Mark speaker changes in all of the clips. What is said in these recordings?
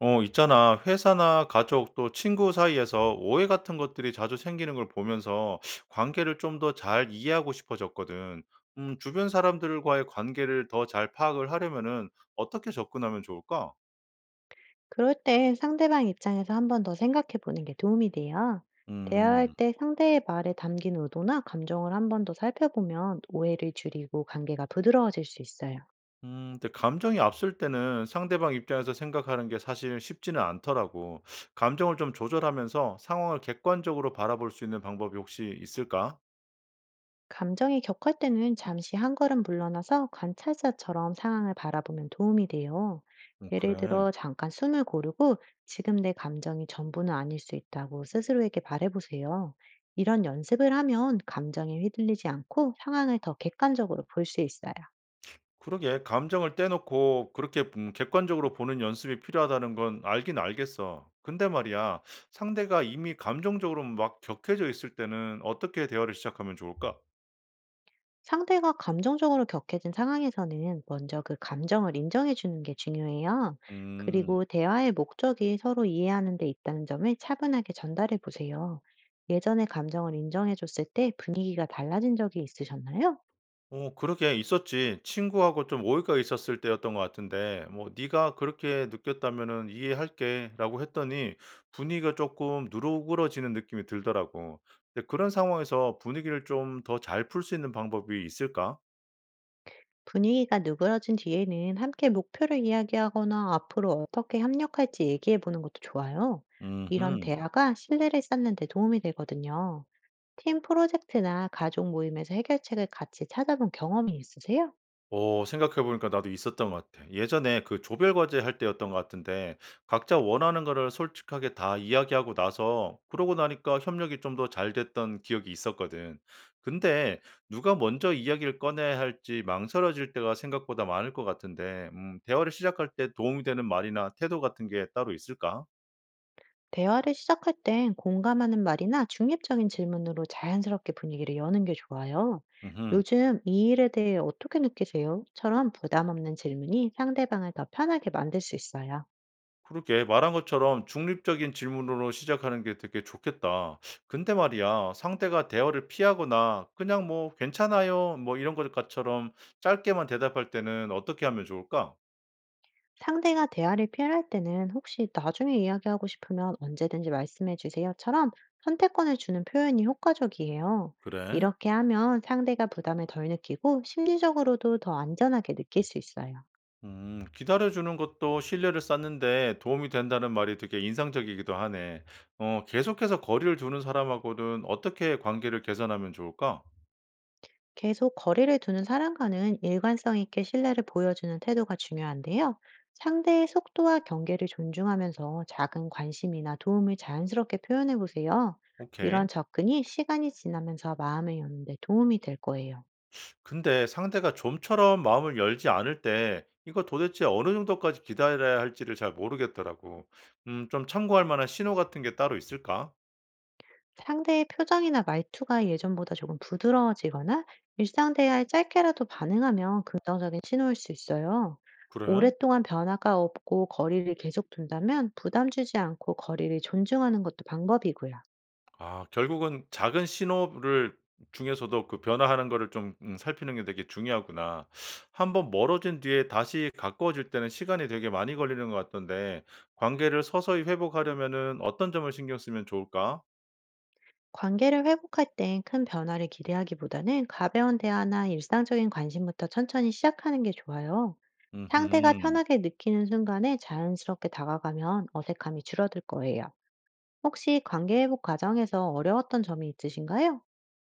Speaker 1: 어, 있잖아. 회사나 가족 또 친구 사이에서 오해 같은 것들이 자주 생기는 걸 보면서 관계를 좀 더 잘 이해하고 싶어졌거든. 주변 사람들과의 관계를 더 잘 파악을 하려면은 어떻게 접근하면 좋을까?
Speaker 2: 그럴 때 상대방 입장에서 한 번 더 생각해 보는 게 도움이 돼요. 대화할
Speaker 1: 음,
Speaker 2: 때 상대의 말에 담긴 의도나 감정을 한 번 더 살펴보면 오해를 줄이고 관계가 부드러워질 수 있어요.
Speaker 1: 근데 감정이 앞설 때는 상대방 입장에서 생각하는 게 사실 쉽지는 않더라고. 감정을 좀 조절하면서 상황을 객관적으로 바라볼 수 있는 방법이 혹시 있을까?
Speaker 2: 감정이 격할 때는 잠시 한 걸음 물러나서 관찰자처럼 상황을 바라보면 도움이 돼요.
Speaker 1: 어,
Speaker 2: 예를
Speaker 1: 그래.
Speaker 2: 들어, 잠깐 숨을 고르고 지금 내 감정이 전부는 아닐 수 있다고 스스로에게 말해보세요. 이런 연습을 하면 감정에 휘둘리지 않고 상황을 더 객관적으로 볼 수 있어요.
Speaker 1: 그러게 감정을 떼놓고 그렇게 객관적으로 보는 연습이 필요하다는 건 알긴 알겠어. 근데 말이야, 상대가 이미 감정적으로 막 격해져 있을 때는 어떻게 대화를 시작하면 좋을까?
Speaker 2: 상대가 감정적으로 격해진 상황에서는 먼저 그 감정을 인정해 주는 게 중요해요.
Speaker 1: 음.
Speaker 2: 그리고 대화의 목적이 서로 이해하는 데 있다는 점을 차분하게 전달해 보세요. 예전에 감정을 인정해 줬을 때 분위기가 달라진 적이 있으셨나요?
Speaker 1: 어, 그러게 있었지. 친구하고 좀 오해가 있었을 때였던 것 같은데, 뭐, 네가 그렇게 느꼈다면은 이해할게라고 했더니 분위기가 조금 누르그러지는 느낌이 들더라고. 근데 그런 상황에서 분위기를 좀 더 잘 풀 수 있는 방법이 있을까?
Speaker 2: 분위기가 누그러진 뒤에는 함께 목표를 이야기하거나 앞으로 어떻게 협력할지 얘기해 보는 것도 좋아요. 이런
Speaker 1: 음.
Speaker 2: 대화가 신뢰를 쌓는 데 도움이 되거든요. 팀 프로젝트나 가족 모임에서 해결책을 같이 찾아본 경험이 있으세요?
Speaker 1: 오 생각해 보니까 나도 있었던 것 같아. 예전에 그 조별 과제 할 때였던 것 같은데 각자 원하는 거를 솔직하게 다 이야기하고 나서 그러고 나니까 협력이 좀 더 잘 됐던 기억이 있었거든. 근데 누가 먼저 이야기를 꺼내야 할지 망설여질 때가 생각보다 많을 것 같은데 대화를 시작할 때 도움이 되는 말이나 태도 같은 게 따로 있을까?
Speaker 2: 대화를 시작할 땐 공감하는 말이나 중립적인 질문으로 자연스럽게 분위기를 여는 게 좋아요.
Speaker 1: 음
Speaker 2: "요즘 이 일에 대해 어떻게 느끼세요?"처럼 부담 없는 질문이 상대방을 더 편하게 만들 수 있어요.
Speaker 1: 그러게 말한 것처럼 중립적인 질문으로 시작하는 게 되게 좋겠다. 근데 말이야, 상대가 대화를 피하거나 그냥 뭐 괜찮아요, 뭐 이런 것처럼 짧게만 대답할 때는 어떻게 하면 좋을까?
Speaker 2: 상대가 대화를 피할 때는 "혹시 나중에 이야기하고 싶으면 언제든지 말씀해 주세요."처럼 선택권을 주는 표현이 효과적이에요.
Speaker 1: 그래?
Speaker 2: 이렇게 하면 상대가 부담을 덜 느끼고 심리적으로도 더 안전하게 느낄 수 있어요.
Speaker 1: 기다려주는 것도 신뢰를 쌓는데 도움이 된다는 말이 되게 인상적이기도 하네. 어, 계속해서 거리를 두는 사람하고는 어떻게 관계를 개선하면 좋을까?
Speaker 2: 계속 거리를 두는 사람과는 일관성 있게 신뢰를 보여주는 태도가 중요한데요. 상대의 속도와 경계를 존중하면서 작은 관심이나 도움을 자연스럽게 표현해 보세요.
Speaker 1: 오케이.
Speaker 2: 이런 접근이 시간이 지나면서 마음을 여는데 도움이 될 거예요.
Speaker 1: 근데 상대가 좀처럼 마음을 열지 않을 때 이거 도대체 어느 정도까지 기다려야 할지를 잘 모르겠더라고. 좀 참고할 만한 신호 같은 게 따로 있을까?
Speaker 2: 상대의 표정이나 말투가 예전보다 조금 부드러워지거나 일상 대화에 짧게라도 반응하면 긍정적인 신호일 수 있어요.
Speaker 1: 그래?
Speaker 2: 오랫동안 변화가 없고 거리를 계속 둔다면 부담 주지 않고 거리를 존중하는 것도 방법이고요.
Speaker 1: 아, 결국은 작은 신호를 중에서도 그 변화하는 거를 좀 살피는 게 되게 중요하구나. 한번 멀어진 뒤에 다시 가까워질 때는 시간이 되게 많이 걸리는 것 같던데, 관계를 서서히 회복하려면은 어떤 점을 신경 쓰면 좋을까?
Speaker 2: 관계를 회복할 땐 큰 변화를 기대하기보다는 가벼운 대화나 일상적인 관심부터 천천히 시작하는 게 좋아요. 상대가
Speaker 1: 음
Speaker 2: 편하게 느끼는 순간에 자연스럽게 다가가면 어색함이 줄어들 거예요. 혹시 관계 회복 과정에서 어려웠던 점이 있으신가요?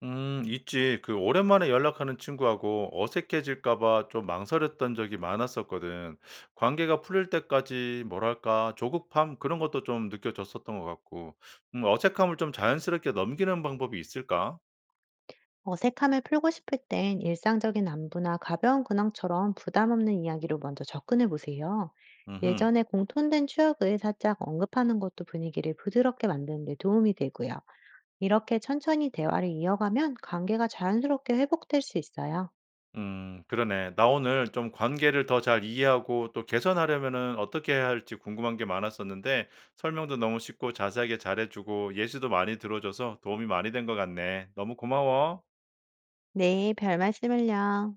Speaker 1: 있지. 그 오랜만에 연락하는 친구하고 어색해질까 봐 좀 망설였던 적이 많았었거든. 관계가 풀릴 때까지 뭐랄까 조급함 그런 것도 좀 느껴졌었던 것 같고. 어색함을 좀 자연스럽게 넘기는 방법이 있을까?
Speaker 2: 어색함을 풀고 싶을 땐 일상적인 안부나 가벼운 근황처럼 부담 없는 이야기로 먼저 접근해 보세요.
Speaker 1: 음
Speaker 2: 예전에 공통된 추억을 살짝 언급하는 것도 분위기를 부드럽게 만드는 데 도움이 되고요. 이렇게 천천히 대화를 이어가면 관계가 자연스럽게 회복될 수 있어요.
Speaker 1: 그러네. 나 오늘 좀 관계를 더 잘 이해하고 또 개선하려면은 어떻게 해야 할지 궁금한 게 많았었는데 설명도 너무 쉽고 자세하게 잘해 주고 예시도 많이 들어 줘서 도움이 많이 된 것 같네. 너무 고마워.
Speaker 2: 네, 별 말씀을요.